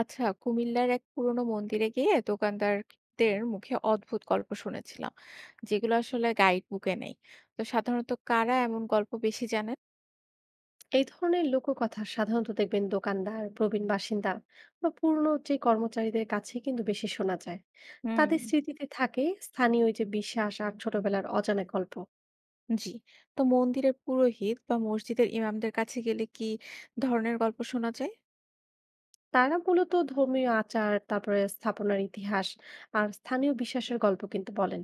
আচ্ছা, কুমিল্লার এক পুরনো মন্দিরে গিয়ে দোকানদারদের মুখে অদ্ভুত গল্প শুনেছিলাম, যেগুলো আসলে গাইড বুকে নেই। তো সাধারণত কারা এমন গল্প বেশি জানেন? এই ধরনের লোককথা সাধারণত দেখবেন দোকানদার প্রবীণ বাসিন্দা বা পুরনো যে কর্মচারীদের কাছে কিন্তু বেশি শোনা যায়। হুম। তাদের স্মৃতিতে থাকে স্থানীয় ওই যে বিশ্বাস আর ছোটবেলার অজানা গল্প। জি। তো মন্দিরের পুরোহিত বা মসজিদের ইমামদের কাছে গেলে কি ধরনের গল্প শোনা যায়? তারা মূলত ধর্মীয় আচার, তারপরে স্থাপনার ইতিহাস আর স্থানীয় বিশ্বাসের গল্প কিন্তু বলেন।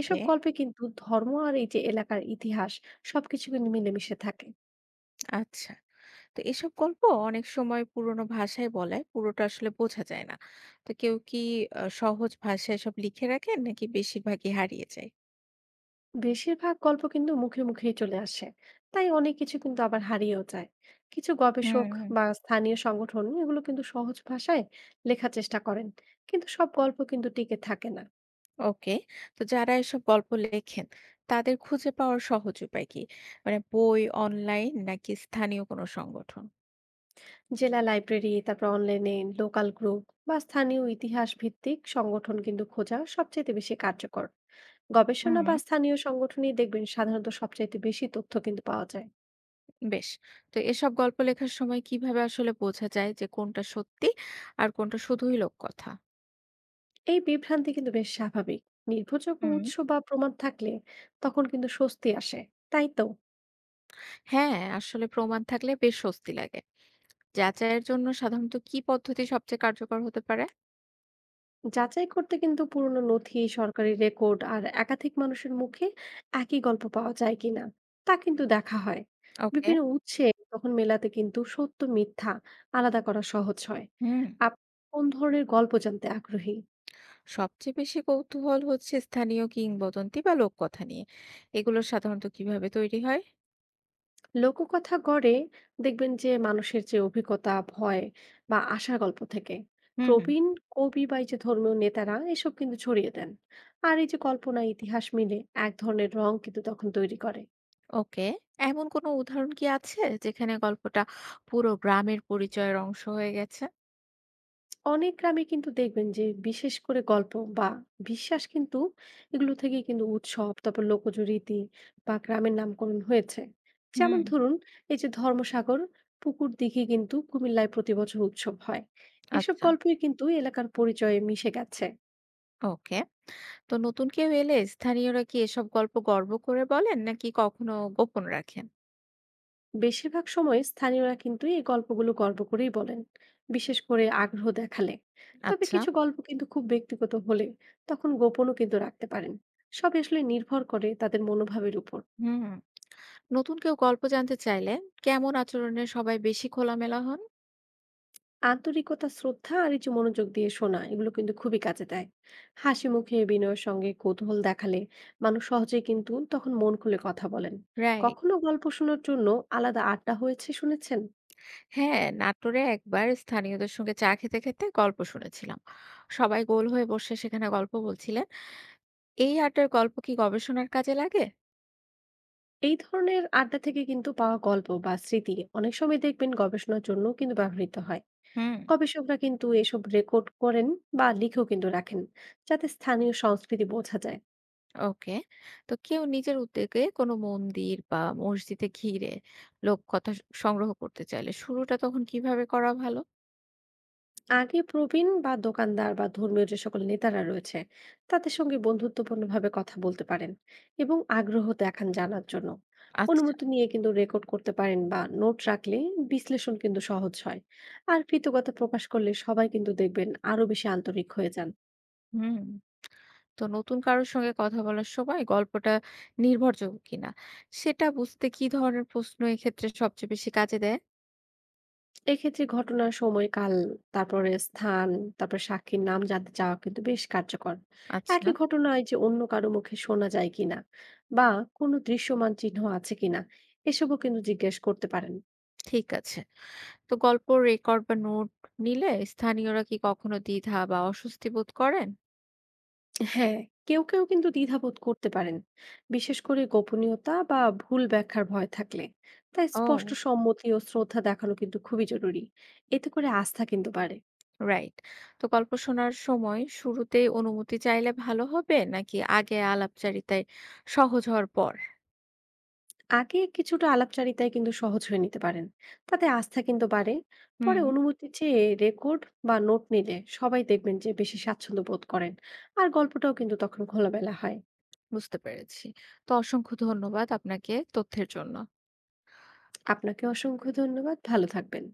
এসব গল্পে কিন্তু ধর্ম আর এই যে এলাকার ইতিহাস সবকিছু কিন্তু মিলেমিশে থাকে। আচ্ছা। তো এসব গল্প অনেক সময় পুরোনো ভাষায় বলে পুরোটা আসলে বোঝা যায় না। তো কেউ কি সহজ ভাষায় সব লিখে রাখেন নাকি বেশিরভাগই হারিয়ে যায়? বেশিরভাগ গল্প কিন্তু মুখে মুখেই চলে আসে, তাই অনেক কিছু কিন্তু আবার হারিয়েও যায়। কিছু গবেষক হুম। বা স্থানীয় সংগঠন এগুলো কিন্তু সহজ ভাষায় লেখার চেষ্টা করেন, কিন্তু সব গল্প কিন্তু টিকে থাকে না। ওকে। তো যারা এসব গল্প লেখেন, তাদের খুঁজে পাওয়ার সহজ উপায় কি? মানে বই, অনলাইন নাকি স্থানীয় কোনো সংগঠন? জেলা লাইব্রেরি, তারপর অনলাইনে লোকাল গ্রুপ বা স্থানীয় ইতিহাস ভিত্তিক সংগঠন কিন্তু খোঁজা সবচেয়ে বেশি কার্যকর। গবেষণা হুম। বা স্থানীয় সংগঠনই দেখবেন সাধারণত সবচাইতে বেশি তথ্য কিন্তু পাওয়া যায়। বেশ। তো এসব গল্প লেখার সময় কিভাবে আসলে বোঝা যায় যে কোনটা সত্যি আর কোনটা শুধুই লোককথা? এই বিভ্রান্তি কিন্তু বেশ স্বাভাবিক। নির্ভরযোগ্য হুম। উৎস বা প্রমাণ থাকলে তখন কিন্তু স্বস্তি আসে। তাই তো? হ্যাঁ, আসলে প্রমাণ থাকলে বেশ স্বস্তি লাগে। যাচাইয়ের জন্য সাধারণত কি পদ্ধতি সবচেয়ে কার্যকর হতে পারে? যাচাই করতে কিন্তু পুরনো নথি, সরকারি রেকর্ড আর একাধিক মানুষের মুখে একই গল্প পাওয়া যায় কিনা তা কিন্তু দেখা হয়। ওকে। বিভিন্ন উৎসে তখন মেলাতে কিন্তু সত্য মিথ্যা আলাদা করা সহজ হয়। হুম। আপনি কোন ধরনের গল্প জানতে আগ্রহী? সবচেয়ে বেশি কৌতূহল হচ্ছে স্থানীয় কিংবদন্তি বা লোককথা নিয়ে। এগুলো সাধারণত কিভাবে তৈরি হয়? লোককথা গড়ে দেখবেন যে মানুষের যে অভিজ্ঞতা, ভয় বা আশার গল্প থেকে। হুম। প্রবীণ, কবি বা এই যে ধর্মীয় নেতারা এসব কিন্তু ছড়িয়ে দেন, আর এই যে কল্পনা ইতিহাস মিলে এক ধরনের রং কিন্তু তখন তৈরি করে। ওকে। এমন কোনো উদাহরণ কি আছে যেখানে গল্পটা পুরো গ্রামের পরিচয়ের অংশ হয়ে গেছে? অনেক গ্রামে কিন্তু দেখবেন যে বিশেষ করে গল্প বা বিশ্বাস, কিন্তু এগুলো থেকে কিন্তু উৎসব, তারপর লোকজ রীতি বা গ্রামের নামকরণ হয়েছে। হুম। যেমন ধরুন, এই যে ধর্মসাগর পুকুর দিঘি কিন্তু কুমিল্লায় প্রতি বছর উৎসব হয়। এসব আচ্ছা, গল্পই কিন্তু এলাকার পরিচয়ে মিশে গেছে। ওকে। তো নতুন কেউ এলে স্থানীয়রা কি এসব গল্প গর্ব করে বলেন নাকি কখনো গোপন রাখেন? বেশিরভাগ সময় স্থানীয়রা কিন্তু এই গল্পগুলো গর্ব করেই বলেন, বিশেষ করে আগ্রহ দেখালে। তবে আচ্ছা। কিছু গল্প কিন্তু খুব ব্যক্তিগত হলে তখন গোপনও কিন্তু রাখতে পারেন। সব আসলে নির্ভর করে তাদের মনোভাবের উপর। হুম। নতুন কেউ গল্প জানতে চাইলে কেমন আচরণে সবাই বেশি খোলামেলা হন? আন্তরিকতা, শ্রদ্ধা আর এই যে মনোযোগ দিয়ে শোনা, এগুলো কিন্তু খুবই কাজে দেয়। হাসি মুখে বিনয়ের সঙ্গে কৌতূহল দেখালে মানুষ সহজেই কিন্তু তখন মন খুলে কথা বলেন। রাইট। কখনো গল্প শোনার জন্য আলাদা আড্ডা হয়েছে শুনেছেন? হ্যাঁ, নাটোরে একবার স্থানীয়দের সঙ্গে চা খেতে খেতে গল্প শুনেছিলাম। সবাই গোল হয়ে বসে সেখানে গল্প বলছিলেন। এই আড্ডার গল্প কি গবেষণার কাজে লাগে? এই ধরনের আড্ডা থেকে কিন্তু পাওয়া গল্প বা স্মৃতি অনেক সময় দেখবেন গবেষণার জন্য কিন্তু ব্যবহৃত হয়। হুম। গবেষকরা কিন্তু এসব রেকর্ড করেন বা লিখেও কিন্তু রাখেন, যাতে স্থানীয় সংস্কৃতি বোঝা যায়। ওকে। তো কেউ নিজের উদ্যোগে কোনো মন্দির বা মসজিদে ঘিরে লোককথা সংগ্রহ করতে চাইলে শুরুটা তখন কিভাবে করা ভালো? আগে প্রবীণ বা দোকানদার বা ধর্মীয় যে সকল নেতারা রয়েছে, তাদের সঙ্গে বন্ধুত্বপূর্ণ ভাবে কথা বলতে পারেন এবং আগ্রহ দেখান জানার জন্য। আচ্ছা। অনুমতি নিয়ে কিন্তু রেকর্ড করতে পারেন বা নোট রাখলে বিশ্লেষণ কিন্তু সহজ হয়। আর কৃতজ্ঞতা প্রকাশ করলে সবাই কিন্তু দেখবেন আরো বেশি আন্তরিক হয়ে যান। হুম। তো নতুন কারোর সঙ্গে কথা বলার সময় গল্পটা নির্ভরযোগ্য কিনা সেটা বুঝতে কি ধরনের প্রশ্ন এক্ষেত্রে সবচেয়ে বেশি কাজে দেয়? এক্ষেত্রে ঘটনার সময়কাল, তারপরে স্থান, তারপর সাক্ষীর নাম জানতে চাওয়া কিন্তু বেশ কার্যকর। আচ্ছা। একই ঘটনায় যে অন্য কারো মুখে শোনা যায় কিনা, বা কোনো দৃশ্যমান চিহ্ন আছে কিনা, এসবও কিন্তু জিজ্ঞেস করতে পারেন। ঠিক আছে। তো গল্প রেকর্ড বা নোট নিলে স্থানীয়রা কি কখনো দ্বিধা বা অস্বস্তি বোধ করেন? হ্যাঁ, কেউ কেউ কিন্তু দ্বিধাবোধ করতে পারেন, বিশেষ করে গোপনীয়তা বা ভুল ব্যাখ্যার ভয় থাকলে। তাই স্পষ্ট ও। সম্মতি ও শ্রদ্ধা দেখানো কিন্তু খুবই জরুরি। এতে করে আস্থা কিন্তু বাড়ে। রাইট। তো গল্প শোনার সময় শুরুতেই অনুমতি চাইলে ভালো হবে নাকি আগে আলাপচারিতায় সহজ হওয়ার পর? আগে কিছুটা আলাপচারিতায় কিন্তু সহজ হয়ে নিতে পারেন, তাতে আস্থা কিন্তু বাড়ে। হুম। পরে অনুমতি চেয়ে রেকর্ড বা নোট নিলে সবাই দেখবেন যে বেশি স্বাচ্ছন্দ্য বোধ করেন, আর গল্পটাও কিন্তু তখন খোলামেলা হয়। বুঝতে পেরেছি। তো অসংখ্য ধন্যবাদ আপনাকে তথ্যের জন্য। আপনাকে অসংখ্য ধন্যবাদ, ভালো থাকবেন।